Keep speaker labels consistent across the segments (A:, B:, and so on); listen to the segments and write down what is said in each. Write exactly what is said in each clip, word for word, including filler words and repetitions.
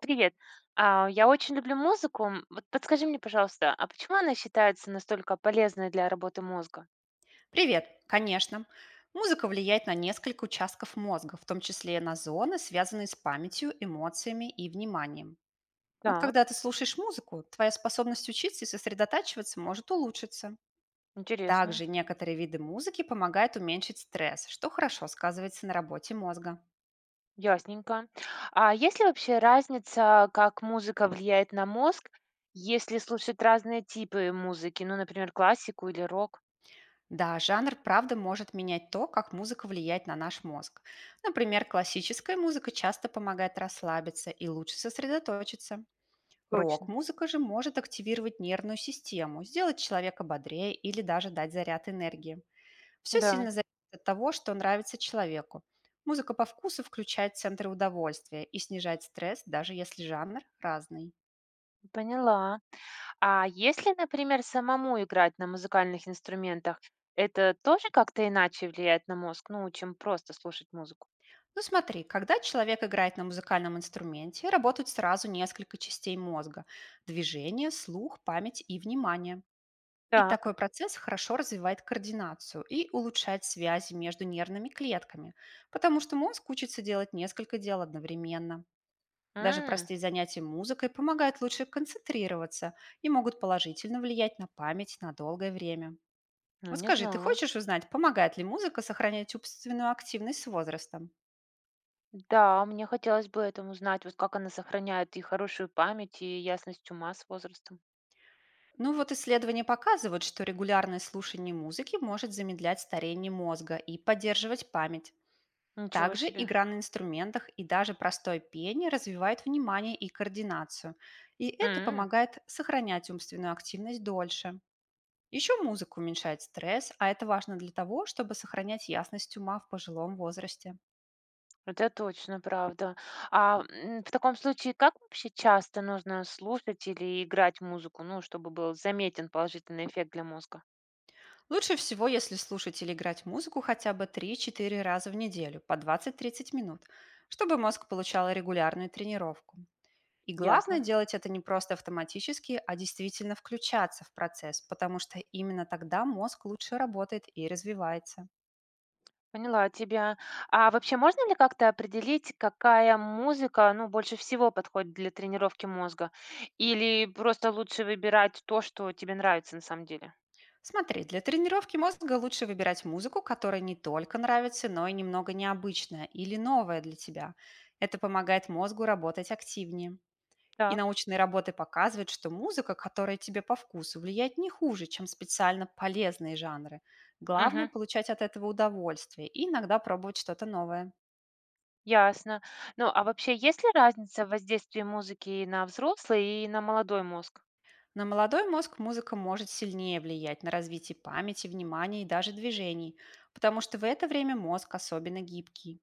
A: Привет. А, Я очень люблю музыку. М, Вот подскажи мне, пожалуйста, а почему она считается настолько полезной для работы мозга?
B: Привет, конечно. Музыка влияет на несколько участков мозга, в том числе на зоны, связанные с памятью, эмоциями и вниманием. Вот
A: Так,
B: когда ты слушаешь музыку, твоя способность учиться и сосредотачиваться может улучшиться.
A: интересно.
B: Также некоторые виды музыки помогают уменьшить стресс, что хорошо сказывается на работе мозга.
A: Ясненько. А есть ли вообще разница, как музыка влияет на мозг, если слушать разные типы музыки, ну, например, классику или рок?
B: Да, жанр, правда, может менять то, как музыка влияет на наш мозг. Например, классическая музыка часто помогает расслабиться и лучше сосредоточиться.
A: Точно.
B: Рок-музыка же может активировать нервную систему, сделать человека бодрее или даже дать заряд энергии. Все
A: Да,
B: сильно зависит от того, что нравится человеку. Музыка по вкусу включает центры удовольствия и снижает стресс, даже если жанр разный.
A: поняла. А если, например, самому играть на музыкальных инструментах, это тоже как-то иначе влияет на мозг, ну, чем просто слушать музыку?
B: Ну смотри, когда человек играет на музыкальном инструменте, работают сразу несколько частей мозга– движение, слух, память и внимание. И
A: Так.
B: такой процесс хорошо развивает координацию и улучшает связи между нервными клетками, потому что мозг учится делать несколько дел одновременно. Даже простые занятия музыкой помогают лучше концентрироваться и могут положительно влиять на память на долгое время.
A: Ну,
B: Вот
A: не
B: скажи, ты
A: знала.
B: хочешь узнать, помогает ли музыка сохранять умственную активность с возрастом?
A: Да, мне хотелось бы этому узнать, вот как она сохраняет и хорошую память, и ясность ума с возрастом.
B: Ну вот исследования показывают, что регулярное слушание музыки может замедлять старение мозга и поддерживать память.
A: Ничего
B: Также
A: себе.
B: игра на инструментах и даже простое пение развивает внимание и координацию, и это
A: М,
B: помогает сохранять умственную активность дольше. Еще музыка уменьшает стресс, а это важно для того, чтобы сохранять ясность ума в пожилом возрасте.
A: вот это точно правда. А м, в таком случае, как вообще часто нужно слушать или играть музыку, ну, чтобы был заметен положительный эффект для мозга?
B: Лучше всего, если слушать или играть музыку хотя бы три-четыре раза в неделю по двадцать-тридцать минут, чтобы мозг получал регулярную тренировку. И главное
A: Ясно.
B: делать это не просто автоматически, а действительно включаться в процесс, потому что именно тогда мозг лучше работает и развивается.
A: Поняла тебя. А вообще можно ли как-то определить, какая музыка, ну, больше всего подходит для тренировки мозга? Или просто лучше выбирать то, что тебе нравится на самом деле?
B: Смотри, для тренировки мозга лучше выбирать музыку, которая не только нравится, но и немного необычная или новая для тебя. Это помогает мозгу работать активнее. И
A: Так.
B: научные работы показывают, что музыка, которая тебе по вкусу, влияет не хуже, чем специально полезные жанры. Главное–
A: Мгм.
B: получать от этого удовольствие и иногда пробовать что-то новое.
A: Ясно. Ну, а вообще есть ли разница в воздействии музыки и на взрослый и на молодой мозг?
B: На молодой мозг музыка может сильнее влиять на развитие памяти, внимания и даже движений, потому что в это время мозг особенно гибкий.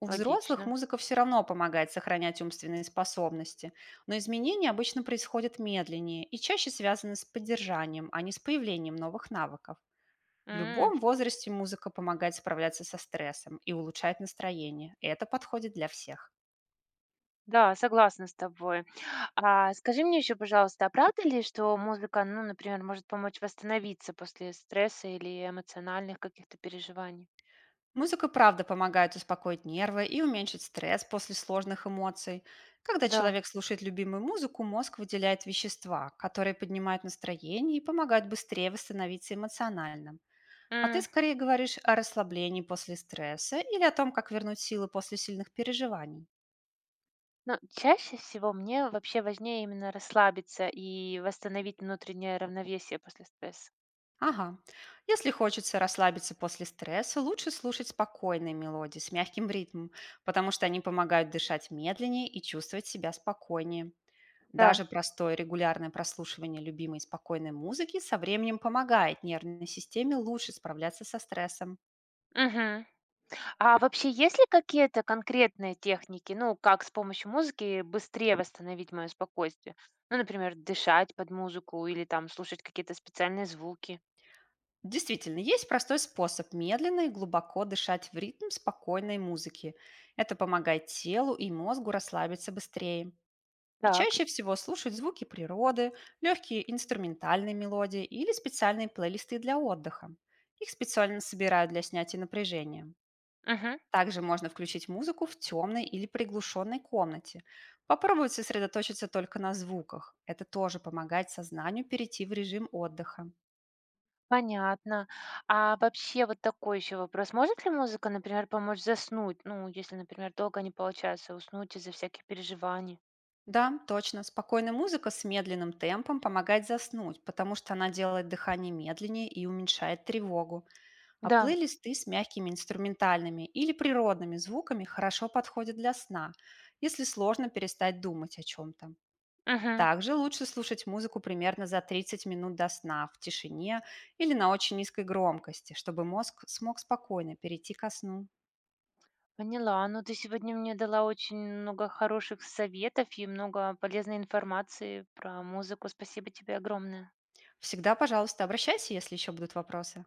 B: У взрослых
A: Логично.
B: музыка все равно помогает сохранять умственные способности, но изменения обычно происходят медленнее и чаще связаны с поддержанием, а не с появлением новых навыков. В
A: М,
B: любом возрасте музыка помогает справляться со стрессом и улучшает настроение. Это подходит для всех.
A: Да, согласна с тобой. А скажи мне еще, пожалуйста, а правда ли, что музыка, ну, например, может помочь восстановиться после стресса или эмоциональных каких-то переживаний?
B: Музыка правда помогает успокоить нервы и уменьшить стресс после сложных эмоций. Когда
A: Да.
B: человек слушает любимую музыку, мозг выделяет вещества, которые поднимают настроение и помогают быстрее восстановиться эмоционально. А ты
A: М,
B: скорее говоришь о расслаблении после стресса или о том, как вернуть силы после сильных переживаний.
A: Ну, чаще всего мне вообще важнее именно расслабиться и восстановить внутреннее равновесие после стресса.
B: Ага. Если хочется расслабиться после стресса, лучше слушать спокойные мелодии с мягким ритмом, потому что они помогают дышать медленнее и чувствовать себя спокойнее.
A: Да.
B: Даже простое регулярное прослушивание любимой спокойной музыки со временем помогает нервной системе лучше справляться со стрессом.
A: Мгм. А вообще есть ли какие-то конкретные техники, ну, как с помощью музыки быстрее восстановить мое спокойствие? Ну, например, дышать под музыку или там слушать какие-то специальные звуки.
B: Действительно, есть простой способ медленно и глубоко дышать в ритм спокойной музыки. Это помогает телу и мозгу расслабиться быстрее. И
A: Так.
B: чаще всего слушать звуки природы, легкие инструментальные мелодии или специальные плейлисты для отдыха. Их специально собирают для снятия напряжения.
A: Мгм.
B: Также можно включить музыку в темной или приглушенной комнате. Попробовать сосредоточиться только на звуках. Это тоже помогает сознанию перейти в режим отдыха.
A: Понятно. А вообще вот такой еще вопрос. Может ли музыка, например, помочь заснуть? Ну, если, например, долго не получается уснуть из-за всяких переживаний.
B: Да, точно. Спокойная музыка с медленным темпом помогает заснуть, потому что она делает дыхание медленнее и уменьшает тревогу. А
A: Да.
B: плейлисты с мягкими инструментальными или природными звуками хорошо подходят для сна, если сложно перестать думать о чем-то.
A: Мгм.
B: Также лучше слушать музыку примерно за тридцать минут до сна в тишине или на очень низкой громкости, чтобы мозг смог спокойно перейти ко сну.
A: Поняла. Ну, ты сегодня мне дала очень много хороших советов и много полезной информации про музыку. Спасибо тебе огромное.
B: Всегда, пожалуйста, обращайся, если еще будут вопросы.